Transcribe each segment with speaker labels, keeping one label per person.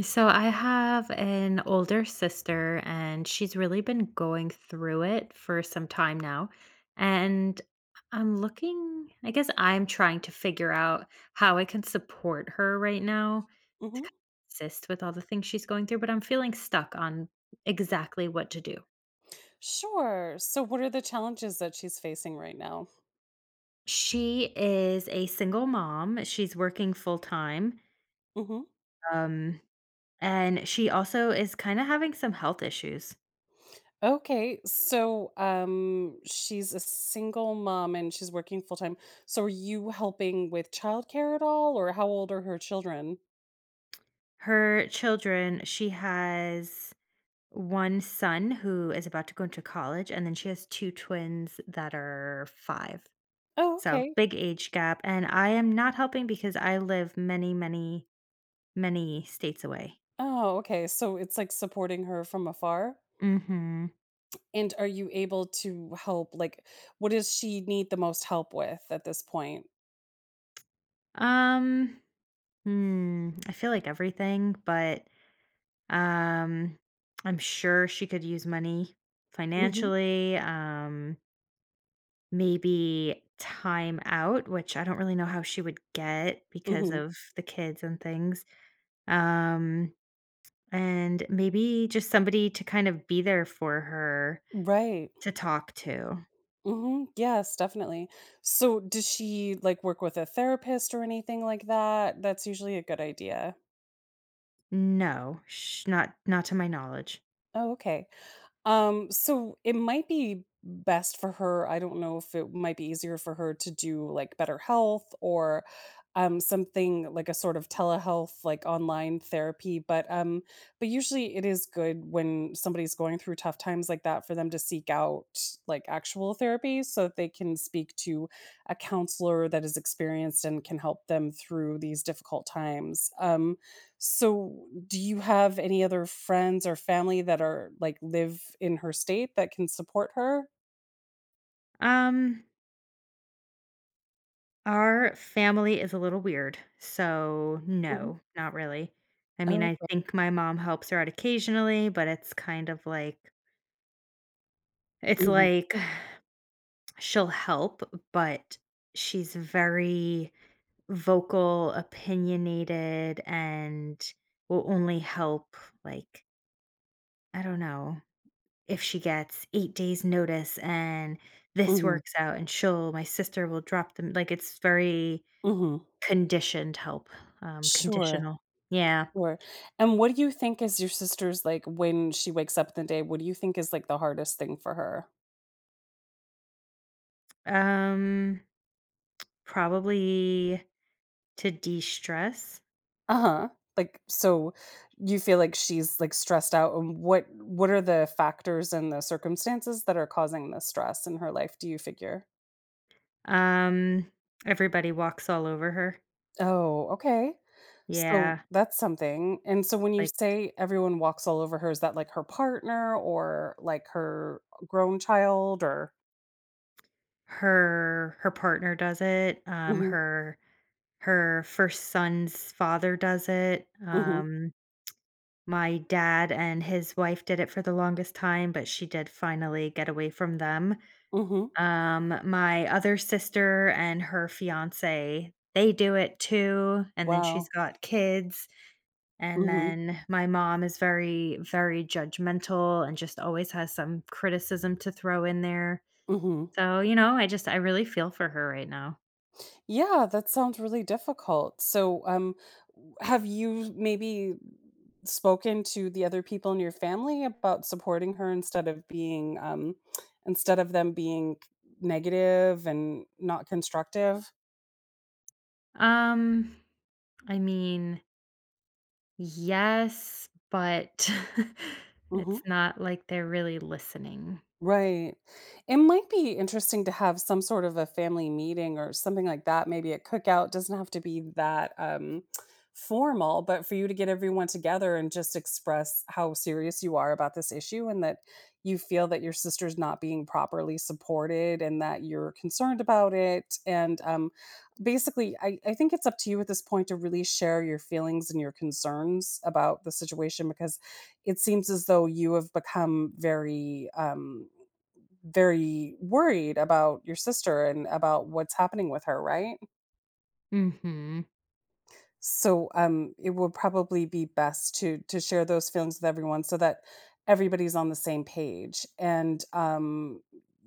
Speaker 1: So I have an older sister and she's really been going through it for some time now. And I'm looking, I guess I'm trying to figure out how I can support her right now,
Speaker 2: hmm
Speaker 1: assist with all the things she's going through, but I'm feeling stuck on exactly what to do.
Speaker 2: Sure. So, what are the challenges that she's facing right now?
Speaker 1: She is a single mom. She's working full time.
Speaker 2: hmm
Speaker 1: Um, and she also is kind of having some health issues.
Speaker 2: Okay. So, she's a single mom and she's working full time. So, are you helping with childcare at all, or how old are her children?
Speaker 1: Her children, she has one son who is about to go into college, and then she has two twins that are five.
Speaker 2: Oh,
Speaker 1: So
Speaker 2: okay.
Speaker 1: big age gap. And I am not helping because I live many, many, many states away.
Speaker 2: Oh, okay. So it's like supporting her from afar.
Speaker 1: Mm-hmm.
Speaker 2: And are you able to help? Like, what does she need the most help with at this point?
Speaker 1: Um, I feel like everything, but um I'm sure she could use money
Speaker 2: hmm
Speaker 1: financially. Maybe time out, which I don't really know how she would get because
Speaker 2: hmm
Speaker 1: of the kids and things. Um And maybe just somebody to kind of be there for her
Speaker 2: Right.
Speaker 1: to talk to.
Speaker 2: Yes, definitely. So, does she like work with a therapist or anything like that? That's usually a good idea.
Speaker 1: No, not to my knowledge.
Speaker 2: Oh, okay. So it might be best for her. I don't know if it might be easier for her to do like Better Health or something like a sort of telehealth like online therapy, but usually it is good when somebody's going through tough times like that for them to seek out like actual therapy so that they can speak to a counselor that is experienced and can help them through these difficult times. So do you have any other friends or family that are like live in her state that can support her?
Speaker 1: Um, our family is a little weird, so
Speaker 2: Mhm.
Speaker 1: no, not really. I mean,
Speaker 2: Oh,
Speaker 1: I think my mom helps her out occasionally, but it's kind of like it's
Speaker 2: mhm,
Speaker 1: like she'll help, but she's very vocal, opinionated, and will only help, like, I don't know, if she gets 8 days notice and this
Speaker 2: mhm,
Speaker 1: works out and she'll my sister will drop them. Like, it's very
Speaker 2: mhm.
Speaker 1: conditioned help,
Speaker 2: Sure,
Speaker 1: conditional. Yeah.
Speaker 2: sure. And what do you think is your sister's like, when she wakes up in the day, what do you think is like the hardest thing for her?
Speaker 1: Um, probably to de-stress.
Speaker 2: Uh-huh. Like, so you feel like she's like stressed out and what are the factors and the circumstances that are causing the stress in her life, do you figure?
Speaker 1: Um, everybody walks all over her.
Speaker 2: Oh, okay. So
Speaker 1: Yeah,
Speaker 2: that's something. And so when you
Speaker 1: like,
Speaker 2: say everyone walks all over her, is that like her partner or like her grown child or—
Speaker 1: her partner does it,
Speaker 2: Mhm.
Speaker 1: her 1st son's father does it,
Speaker 2: Mhm.
Speaker 1: um. My dad and his wife did it for the longest time, but she did finally get away from them.
Speaker 2: Mhm.
Speaker 1: My other sister and her fiancé, they do it too, and then she's
Speaker 2: Wow.
Speaker 1: got kids, and
Speaker 2: Mhm.
Speaker 1: then my mom is very, very judgmental and just always has some criticism to throw in there.
Speaker 2: Mhm.
Speaker 1: So, you know, I really feel for her right now.
Speaker 2: Yeah, that sounds really difficult. So have you maybe spoken to the other people in your family about supporting her instead of being instead of them being negative and not constructive?
Speaker 1: Um, I mean, yes, but
Speaker 2: Mhm.
Speaker 1: it's not like they're really listening.
Speaker 2: Right. It might be interesting to have some sort of a family meeting or something like that. Maybe a cookout. Doesn't have to be that formal, but for you to get everyone together and just express how serious you are about this issue and that you feel that your sister's not being properly supported and that you're concerned about it. And basically, I think it's up to you at this point to really share your feelings and your concerns about the situation, because it seems as though you have become very very worried about your sister and about what's happening with her, right?
Speaker 1: Mhm,
Speaker 2: So, it would probably be best to share those feelings with everyone so that everybody's on the same page, and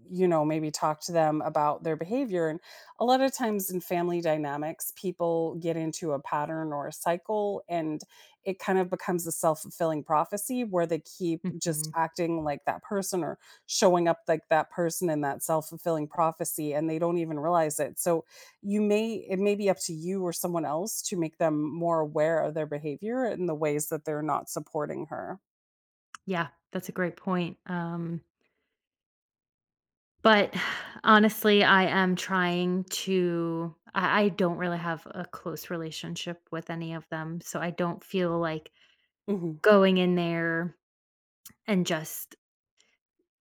Speaker 2: you know, maybe talk to them about their behavior. And a lot of times in family dynamics, people get into a pattern or a cycle, and it kind of becomes a self-fulfilling prophecy where they keep just
Speaker 1: mhm.
Speaker 2: acting like that person or showing up like that person in that self-fulfilling prophecy, and they don't even realize it. So you may it may be up to you or someone else to make them more aware of their behavior and the ways that they're not supporting her.
Speaker 1: Yeah, that's a great point, but honestly, I am trying to I don't really have a close relationship with any of them, so I don't feel like
Speaker 2: Mhm.
Speaker 1: going in there and just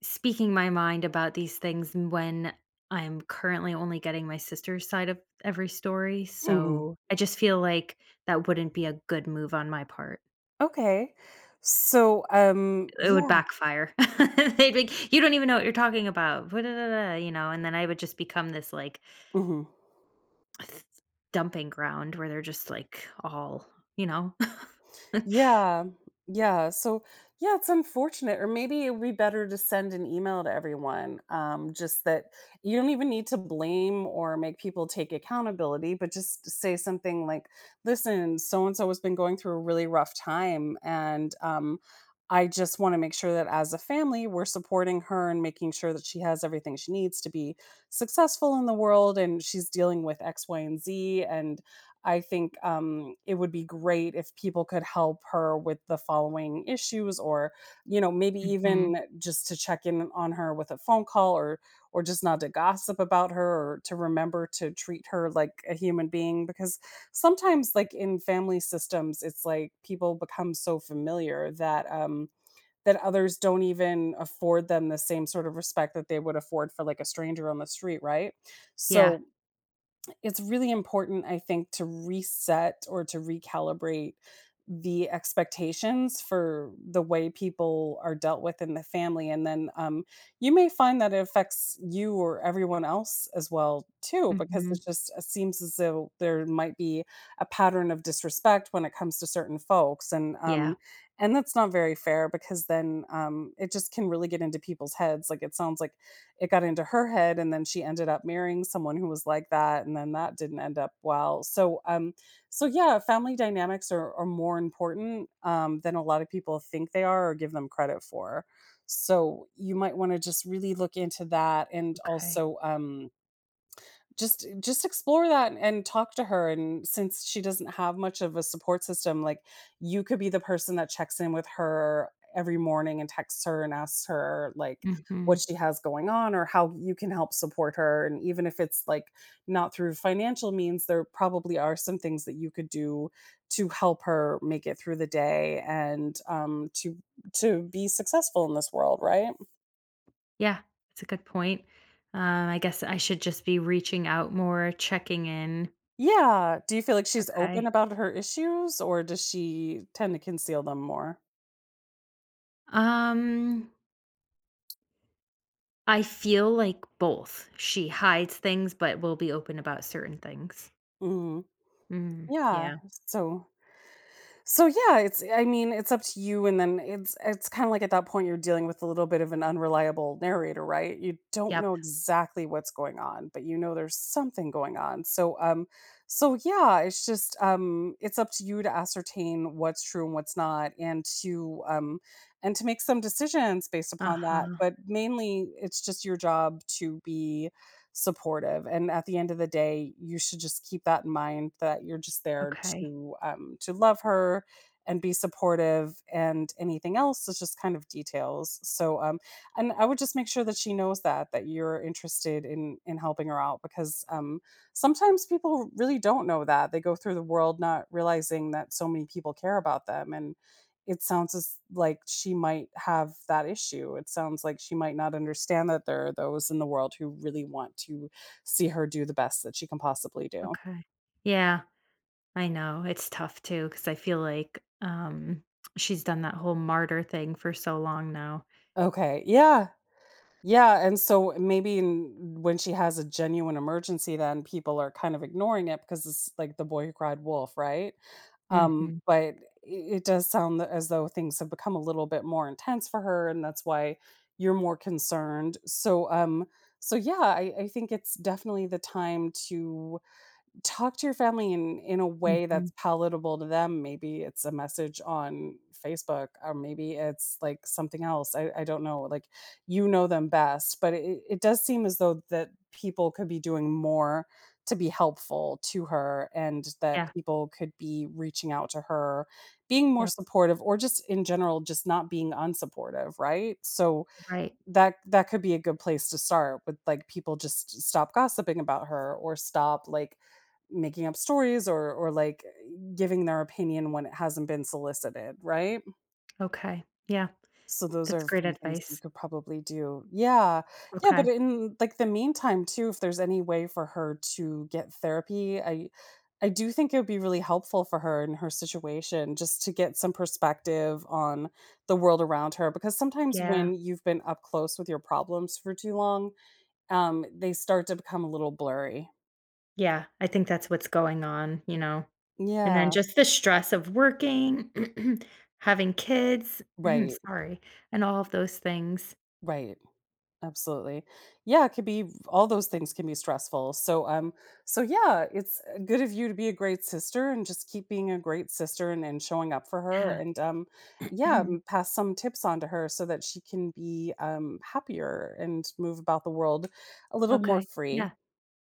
Speaker 1: speaking my mind about these things when I'm currently only getting my sister's side of every story,
Speaker 2: Mhm.
Speaker 1: so I just feel like that wouldn't be a good move on my part.
Speaker 2: Okay. So,
Speaker 1: It would
Speaker 2: yeah.
Speaker 1: backfire. They'd be like, "You don't even know what you're talking about." Blah, blah, blah, blah. You know, and then I would just become this, like,
Speaker 2: Mhm.
Speaker 1: th- dumping ground where they're just, like, all, you know?
Speaker 2: Yeah. Yeah. So, yeah, it's unfortunate. Or maybe it would be better to send an email to everyone. Just that you don't even need to blame or make people take accountability, but just say something like, "Listen, so and so has been going through a really rough time. And I just want to make sure that as a family, we're supporting her and making sure that she has everything she needs to be successful in the world. And she's dealing with X, Y, and Z. And I think, it would be great if people could help her with the following issues, or you know, maybe even
Speaker 1: Mhm.
Speaker 2: just to check in on her with a phone call, or just not to gossip about her, or to remember to treat her like a human being." Because sometimes, like in family systems, it's like people become so familiar that that others don't even afford them the same sort of respect that they would afford for like a stranger on the street, right?
Speaker 1: Yeah.
Speaker 2: So it's really important, I think, to reset or to recalibrate the expectations for the way people are dealt with in the family. And then you may find that it affects you or everyone else as well, too, because
Speaker 1: Mhm.
Speaker 2: it just seems as though there might be a pattern of disrespect when it comes to certain folks.
Speaker 1: Yeah,
Speaker 2: And that's not very fair, because then, it just can really get into people's heads. Like, it sounds like it got into her head and then she ended up marrying someone who was like that, and then that didn't end up well. So yeah, family dynamics are more important than a lot of people think they are or give them credit for. So you might want to just really look into that, and
Speaker 1: okay.
Speaker 2: also just explore that and talk to her. And since she doesn't have much of a support system, like, you could be the person that checks in with her every morning and texts her and asks her, like,
Speaker 1: Mhm.
Speaker 2: what she has going on or how you can help support her. And even if it's, like, not through financial means, there probably are some things that you could do to help her make it through the day, and, to be successful in this world, right?
Speaker 1: Yeah, that's a good point. I guess I should just be reaching out more, checking in.
Speaker 2: Yeah, do you feel like she's open
Speaker 1: Okay.
Speaker 2: about her issues, or does she tend to conceal them more?
Speaker 1: Um, I feel like both. She hides things, but will be open about certain things.
Speaker 2: Mhm,
Speaker 1: Mm,
Speaker 2: yeah,
Speaker 1: yeah.
Speaker 2: so So yeah, it's— I mean, it's up to you. And then it's kind of like at that point you're dealing with a little bit of an unreliable narrator, right? You don't
Speaker 1: Yep.
Speaker 2: know exactly what's going on, but you know there's something going on. So yeah, it's just it's up to you to ascertain what's true and what's not, and to and to make some decisions based upon that.
Speaker 1: Uh-huh.
Speaker 2: But mainly it's just your job to be supportive, and at the end of the day you should just keep that in mind, that you're just there
Speaker 1: Okay.
Speaker 2: to love her and be supportive, and anything else is just kind of details. So and I would just make sure that she knows that, that you're interested in helping her out. Because sometimes people really don't know that they go through the world not realizing that so many people care about them, and it sounds as like she might have that issue. It sounds like she might not understand that there are those in the world who really want to see her do the best that she can possibly do.
Speaker 1: Okay. Yeah, I know. It's tough too because I feel like, she's done that whole martyr thing for so long now.
Speaker 2: Okay. Yeah. Yeah, and so maybe when she has a genuine emergency, then people are kind of ignoring it because it's like the boy who cried wolf, right?
Speaker 1: Mhm.
Speaker 2: But it does sound as though things have become a little bit more intense for her, and that's why you're more concerned. So, so yeah, I think it's definitely the time to talk to your family in a way
Speaker 1: Mhm.
Speaker 2: that's palatable to them. Maybe it's a message on Facebook, or maybe it's like something else. I don't know. Like, you know them best, but it does seem as though that people could be doing more to be helpful to her, and that
Speaker 1: Yeah.
Speaker 2: people could be reaching out to her, being more
Speaker 1: Yep.
Speaker 2: supportive, or just in general, just not being unsupportive, right? So
Speaker 1: Right.
Speaker 2: that that could be a good place to start, with like people just stop gossiping about her, or stop like making up stories, or like giving their opinion when it hasn't been solicited, right?
Speaker 1: Okay. Yeah.
Speaker 2: So those are
Speaker 1: That's
Speaker 2: a
Speaker 1: great
Speaker 2: few things you
Speaker 1: advice.
Speaker 2: could probably do. Yeah. Yeah, but
Speaker 1: Okay.
Speaker 2: in like the meantime too, if there's any way for her to get therapy, I do think it would be really helpful for her in her situation just to get some perspective on the world around her, because sometimes
Speaker 1: Yeah.
Speaker 2: when you've been up close with your problems for too long, they start to become a little blurry.
Speaker 1: Yeah. I think that's what's going on, you know? And then
Speaker 2: Yeah.
Speaker 1: just the stress of working, having kids,
Speaker 2: Right.
Speaker 1: sorry, and all of those things.
Speaker 2: Right. Absolutely. Yeah, it could be all— those things can be stressful. So yeah, it's good of you to be a great sister and just keep being a great sister, and and showing up for her.
Speaker 1: Yeah.
Speaker 2: And yeah, pass some tips on to her so that she can be happier and move about the world a little more
Speaker 1: Okay.
Speaker 2: free.
Speaker 1: Yeah.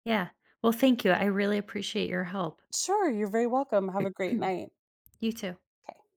Speaker 1: Yeah. Well, thank you. I really appreciate your help.
Speaker 2: Sure, you're very welcome. Have a great night.
Speaker 1: You too.
Speaker 2: Okay.